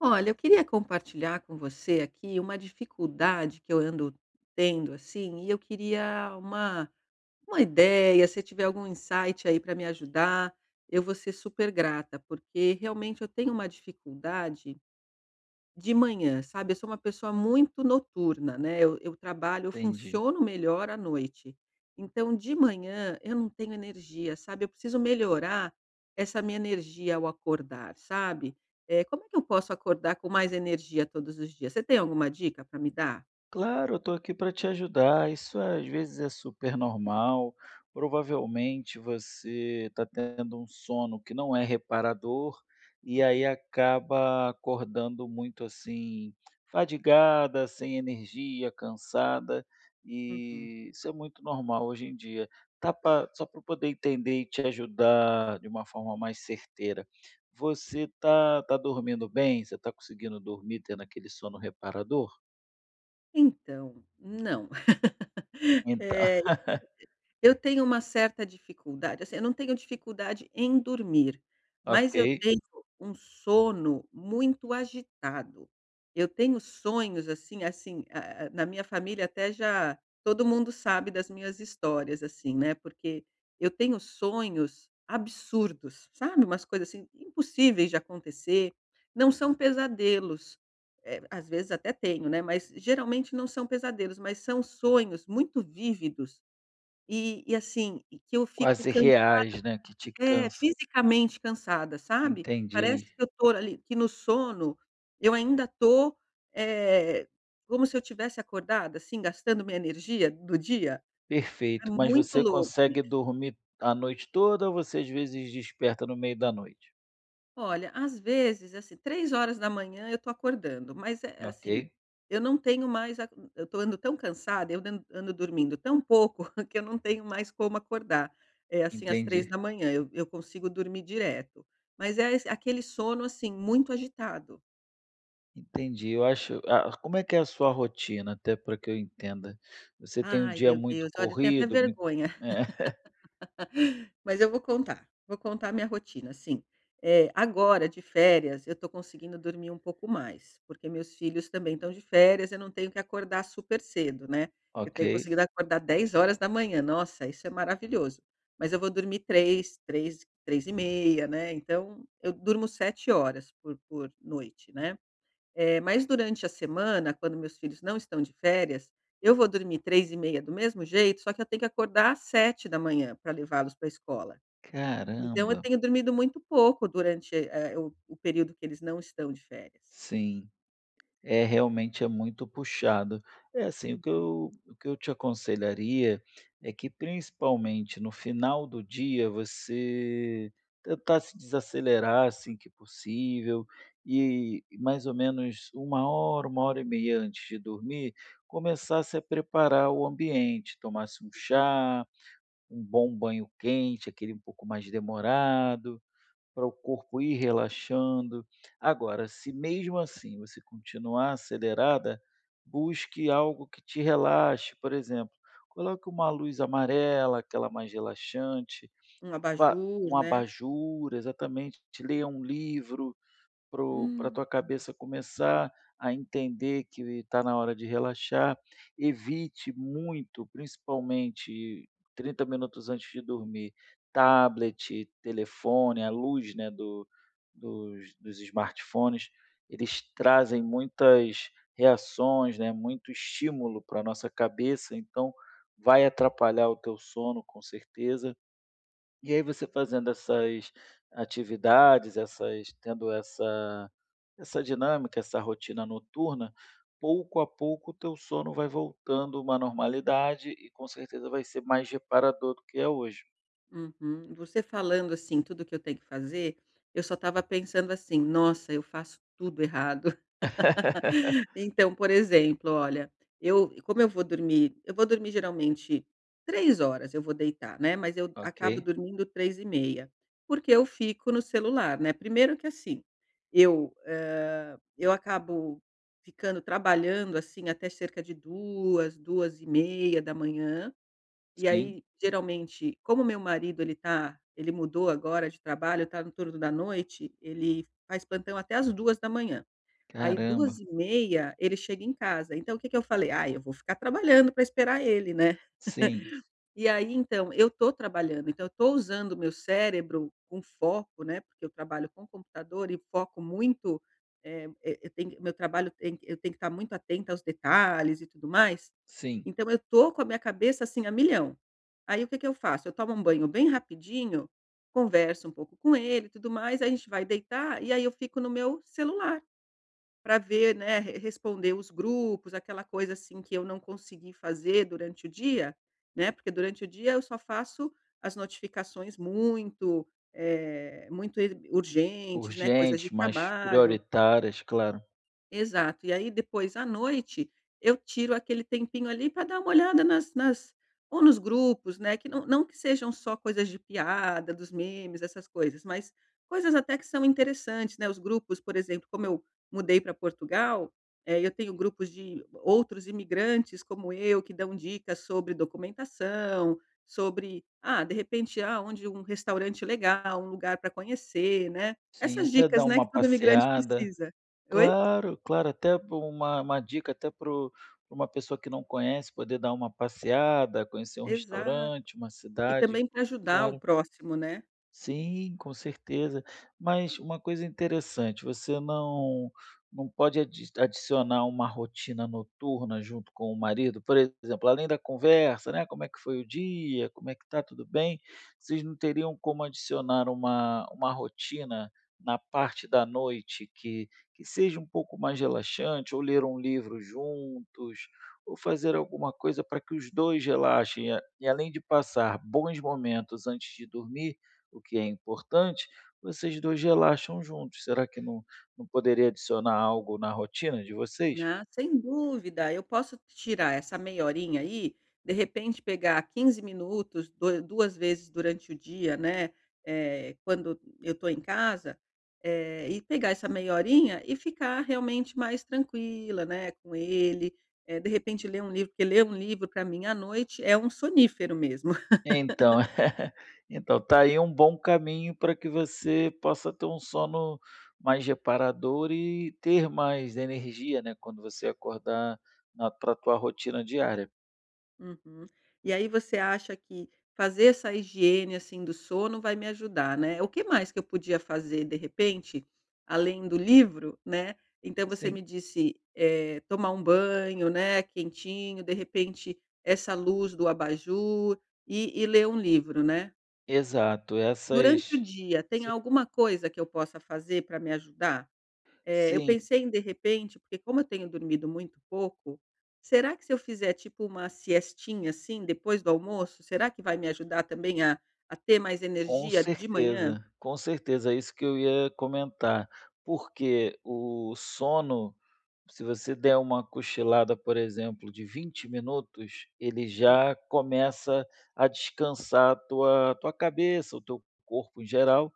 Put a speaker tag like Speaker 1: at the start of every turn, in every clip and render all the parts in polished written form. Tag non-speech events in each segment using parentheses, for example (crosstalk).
Speaker 1: Olha, eu queria compartilhar com você aqui uma dificuldade que eu ando tendo, assim, e eu queria uma ideia, se tiver algum insight aí para me ajudar, eu vou ser super grata, porque realmente eu tenho uma dificuldade de manhã, sabe, eu sou uma pessoa muito noturna, né, eu
Speaker 2: Entendi.
Speaker 1: funciono melhor à noite. Então de manhã eu não tenho energia, sabe, eu preciso melhorar essa minha energia ao acordar, sabe. Como é que eu posso acordar com mais energia todos os dias? Você tem alguma dica para me dar?
Speaker 2: Claro, eu estou aqui para te ajudar. Isso é, às vezes é super normal. Provavelmente você está tendo um sono que não é reparador e aí
Speaker 1: Uhum,
Speaker 2: acaba acordando muito assim, fadigada, sem energia, cansada.
Speaker 1: uhum.
Speaker 2: E isso é muito normal hoje em dia. Só para poder entender e te ajudar de uma forma mais certeira. Você tá dormindo bem? Você está conseguindo dormir tendo aquele sono reparador?
Speaker 1: Então, não. (laughs)
Speaker 2: Então,
Speaker 1: Eh
Speaker 2: (laughs)
Speaker 1: Eu tenho uma certa dificuldade, assim, eu não tenho dificuldade em dormir,
Speaker 2: ok.
Speaker 1: mas eu tenho um sono muito agitado. Eu tenho sonhos, assim assim, na minha família até já todo mundo sabe das minhas histórias, assim, né, porque eu tenho sonhos absurdos, sabe, umas coisas, assim, impossíveis de acontecer, não são pesadelos, às vezes até tenho, né, mas geralmente não são pesadelos, mas são sonhos muito vívidos e assim, e que eu fico
Speaker 2: Quase
Speaker 1: cansa
Speaker 2: reais, né, que te
Speaker 1: é,
Speaker 2: cansa.
Speaker 1: fisicamente cansada, sabe. Parece
Speaker 2: Entendi,
Speaker 1: que eu tô ali que no sono eu ainda tô, eh, como se eu tivesse acordada, assim, gastando minha energia do dia. É
Speaker 2: perfeito. Mas
Speaker 1: muito
Speaker 2: você
Speaker 1: louco.
Speaker 2: consegue dormir a noite toda ou você às vezes desperta no meio da noite?
Speaker 1: Olha, às vezes, assim, 3h da manhã eu tô acordando, mas é
Speaker 2: Ok,
Speaker 1: assim, eu não tenho mais a, eu tô ando tão cansada, eu ando dormindo tão pouco (laughs) que eu não tenho mais como acordar. É assim, às
Speaker 2: entendi,
Speaker 1: 3h eu consigo dormir direto. Mas é esse aquele sono, assim, muito agitado.
Speaker 2: entendi. Eu acho como é que é a sua rotina, até para que eu entenda? Você tem um
Speaker 1: Ai,
Speaker 2: dia
Speaker 1: meu
Speaker 2: muito
Speaker 1: Deus, olha, eu tenho até
Speaker 2: corrido, muito
Speaker 1: vergonha.
Speaker 2: é, (laughs)
Speaker 1: Mas eu vou contar a minha rotina, assim, agora de férias eu estou conseguindo dormir um pouco mais, porque meus filhos também estão de férias, eu não tenho que acordar super cedo, né, eu
Speaker 2: ok.
Speaker 1: tenho conseguido acordar 10h da manhã. Nossa, isso é maravilhoso, mas eu vou dormir 3, 3, 3h30, né, então eu durmo 7 horas por noite, né. Mas durante a semana, quando meus filhos não estão de férias, eu vou dormir 3h30 do mesmo jeito, só que eu tenho que acordar às 7h da manhã para levá-los para a escola. Então eu
Speaker 2: Caramba,
Speaker 1: tenho dormido muito pouco durante, o período que eles não estão de férias.
Speaker 2: sim. É, realmente é muito puxado. É assim, o que eu te aconselharia é que, principalmente no final do dia, você tentar se desacelerar assim que possível e mais ou menos uma hora e meia antes de dormir, começasse a preparar o ambiente, tomasse um
Speaker 1: Uhum.
Speaker 2: chá, um bom banho quente, aquele um pouco mais demorado, para o corpo ir relaxando. Agora, se mesmo assim você continuar acelerada, busque algo que te relaxe. Por exemplo, coloque uma luz amarela, aquela mais relaxante,
Speaker 1: Um
Speaker 2: vá
Speaker 1: abajur,
Speaker 2: um
Speaker 1: né.
Speaker 2: abajur, exatamente, leia um livro, para a
Speaker 1: Hum,
Speaker 2: tua cabeça começar a entender que está na hora de relaxar. Evite muito, principalmente 30 minutos antes de dormir, tablet, telefone, a luz, né, do dos smartphones, eles trazem muitas reações, né, muito estímulo para a nossa cabeça, então vai atrapalhar o teu sono, com certeza. E aí você fazendo essas atividades, essas tendo essa essa dinâmica, essa rotina noturna, pouco a pouco o teu sono vai voltando a uma normalidade e com certeza vai ser mais reparador do que é hoje.
Speaker 1: uhum. Você falando, assim, tudo que eu tenho que fazer, eu só estava pensando assim: "Nossa, eu faço tudo errado". Então, por exemplo, olha, eu como eu vou dormir geralmente 3h eu vou deitar, né, mas eu acabo
Speaker 2: Ok.
Speaker 1: dormindo 3h30 porque eu fico no celular, né. Primeiro que assim, eu acabo ficando trabalhando, assim, até cerca de duas 2h30 da manhã e
Speaker 2: Sim,
Speaker 1: aí geralmente, como meu marido ele mudou agora de trabalho, tá no turno da noite, ele faz plantão até as 2h da manhã. Aí duas
Speaker 2: caramba.
Speaker 1: e meia ele chega em casa, então o que que eu falei: "Ah, eu vou ficar trabalhando para esperar ele, né".
Speaker 2: Sim,
Speaker 1: E aí então, eu tô trabalhando, então eu tô usando o meu cérebro com foco, né, porque eu trabalho com computador e foco muito, e eu tenho meu trabalho tem eu tenho que estar muito atenta aos detalhes e tudo mais,
Speaker 2: sim.
Speaker 1: então eu tô com a minha cabeça, assim, a milhão. Aí o que que eu faço? Eu tomo um banho bem rapidinho, converso um pouco com ele e tudo mais, aí a gente vai deitar e aí eu fico no meu celular para ver, né, re responder os grupos, aquela coisa, assim, que eu não consegui fazer durante o dia, né, porque durante o dia eu só faço as notificações muito, muito e urgentes, né, coisas de
Speaker 2: Urgentes, mais
Speaker 1: trabalho.
Speaker 2: prioritárias, claro.
Speaker 1: Exato. E aí depois à noite, eu tiro aquele tempinho ali para dar uma olhada nas ou nos grupos, né, que não, não que sejam só coisas de piada, dos memes, essas coisas, mas coisas até que são interessantes, né, os grupos, por exemplo, como eu mudei para Portugal, eu tenho grupos de outros imigrantes como eu, que dão dicas sobre documentação, sobre, ah, de repente, ah, onde um restaurante legal, um lugar para conhecer, né.
Speaker 2: Sim,
Speaker 1: Essas
Speaker 2: até
Speaker 1: dicas,
Speaker 2: dar
Speaker 1: né, que
Speaker 2: uma
Speaker 1: todo imigrante
Speaker 2: passeada.
Speaker 1: precisa. Oi?
Speaker 2: Claro, claro, até uma dica até para uma pessoa que não conhece poder dar uma passeada, conhecer um
Speaker 1: Exato.
Speaker 2: restaurante, uma
Speaker 1: E
Speaker 2: cidade.
Speaker 1: também para ajudar o
Speaker 2: Claro.
Speaker 1: próximo, né.
Speaker 2: Sim, com certeza. Mas uma coisa interessante, você não pode adicionar uma rotina noturna junto com o marido? Por exemplo, além da conversa, né, como é que foi o dia, como é que tá, tudo bem? Vocês não teriam como adicionar uma rotina na parte da noite que seja um pouco mais relaxante, ou ler um livro juntos, ou fazer alguma coisa para que os 2 relaxem, e a e além de passar bons momentos antes de dormir, o que é importante, vocês 2 relaxam juntos. Será que não poderia adicionar algo na rotina de vocês?
Speaker 1: Ah, sem dúvida, eu posso tirar essa meia horinha aí, de repente pegar 15 minutos, doi 2 vezes durante o dia, né, quando eu estou em casa, e pegar essa meia horinha e ficar realmente mais tranquila, né, com ele, de repente ler um livro, porque ler um livro para mim à noite é um sonífero mesmo.
Speaker 2: Então, (laughs) então tá aí um bom caminho para que você possa ter um sono mais reparador e ter mais energia, né, quando você acordar para a tua rotina diária.
Speaker 1: Uhum. E aí você acha que fazer essa higiene, assim, do sono vai me ajudar, né. O que mais que eu podia fazer, de repente, além do livro, né. Então você me
Speaker 2: Sim,
Speaker 1: disse, tomar um banho, né, quentinho, de repente, essa luz do abajur e ler um livro, né.
Speaker 2: exato,
Speaker 1: Durante o
Speaker 2: essas
Speaker 1: dia, tem
Speaker 2: sim,
Speaker 1: alguma coisa que eu possa fazer para me ajudar? Eu
Speaker 2: sim,
Speaker 1: pensei em de repente, porque como eu tenho dormido muito pouco, será que se eu fizer tipo uma siestinha, assim, depois do almoço, será que vai me ajudar também a ter mais energia de manhã?
Speaker 2: com certeza, é isso que eu ia comentar, porque o sono. Se você der uma cochilada, por exemplo, de 20 minutos, ele
Speaker 1: Hum,
Speaker 2: já começa a descansar a tua cabeça, o teu corpo em geral,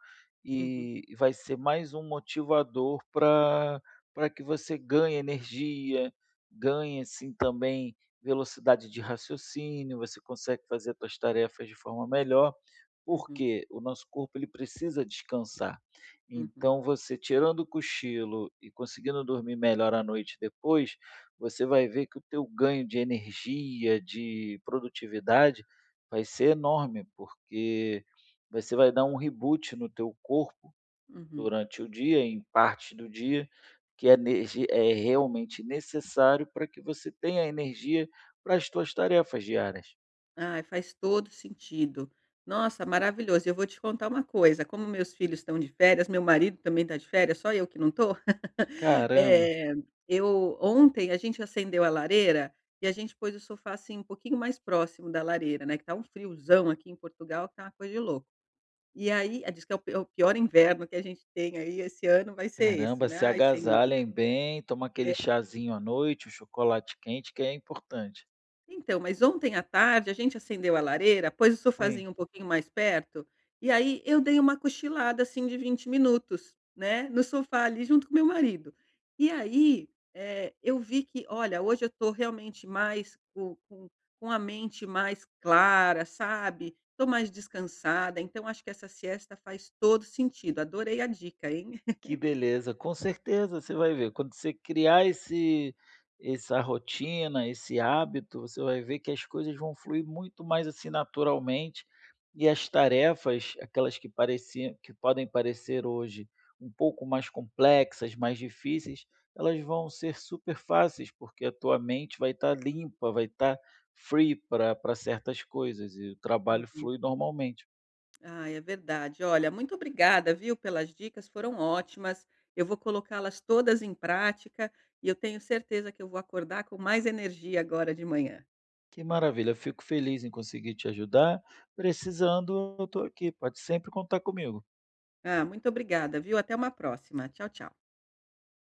Speaker 1: uhum,
Speaker 2: e vai ser mais um motivador para que você ganhe energia, ganhe, assim, também velocidade de raciocínio, você consegue fazer suas tarefas de forma melhor,
Speaker 1: uhum,
Speaker 2: porque o nosso corpo ele precisa descansar.
Speaker 1: uhum,
Speaker 2: Então você tirando o cochilo e conseguindo dormir melhor à noite depois, você vai ver que o teu ganho de energia, de produtividade, vai ser enorme, porque você vai dar um reboot no teu corpo
Speaker 1: uhum.
Speaker 2: durante o dia, em parte do dia, que é energi é realmente necessário para que você tenha energia para as tuas tarefas diárias.
Speaker 1: Ai, faz todo sentido. Nossa, maravilhoso. E eu vou te contar uma coisa, como meus filhos estão de férias, meu marido também está de férias, só eu que não estou. (laughs)
Speaker 2: Caramba!
Speaker 1: Eh, eu ontem a gente acendeu a lareira e a gente pôs o sofá, assim, um pouquinho mais próximo da lareira, né, que tá um friozão aqui em Portugal, que tá uma coisa de louco. E aí, ah, diz que é o p é o pior inverno que a gente tem aí esse ano vai ser esse,
Speaker 2: Caramba,
Speaker 1: né.
Speaker 2: se
Speaker 1: Ai, senhor.
Speaker 2: agasalhem bem, toma aquele chazinho à noite, o chocolate quente, que é importante.
Speaker 1: Então, mas ontem à tarde a gente acendeu a lareira, pôs o
Speaker 2: Sim.
Speaker 1: sofazinho um pouquinho mais perto, e aí eu dei uma cochilada, assim, de 20 minutos, né, no sofá ali junto com meu marido. E aí, eu vi que, olha, hoje eu estou realmente mais co com a mente mais clara, sabe, estou mais descansada, então acho que essa siesta faz todo sentido. Adorei a dica, hein.
Speaker 2: Que beleza, com certeza você vai ver. Quando você criar esse essa rotina, esse hábito, você vai ver que as coisas vão fluir muito mais assim naturalmente e as tarefas, aquelas que pareciam, que podem parecer hoje um pouco mais complexas, mais difíceis, elas vão ser super fáceis, porque a tua mente vai estar limpa, vai estar free para certas coisas e o
Speaker 1: (laughs)
Speaker 2: trabalho
Speaker 1: Uhum.
Speaker 2: flui normalmente.
Speaker 1: Ah, é verdade. Olha, muito obrigada, viu, pelas dicas, foram ótimas. Eu vou colocá-las todas em prática e eu tenho certeza que eu vou acordar com mais energia agora de manhã.
Speaker 2: Que maravilha, eu fico feliz em conseguir te ajudar. Precisando, eu estou aqui, pode sempre contar comigo.
Speaker 1: Ah, muito obrigada, viu? Até uma próxima. Tchau, tchau.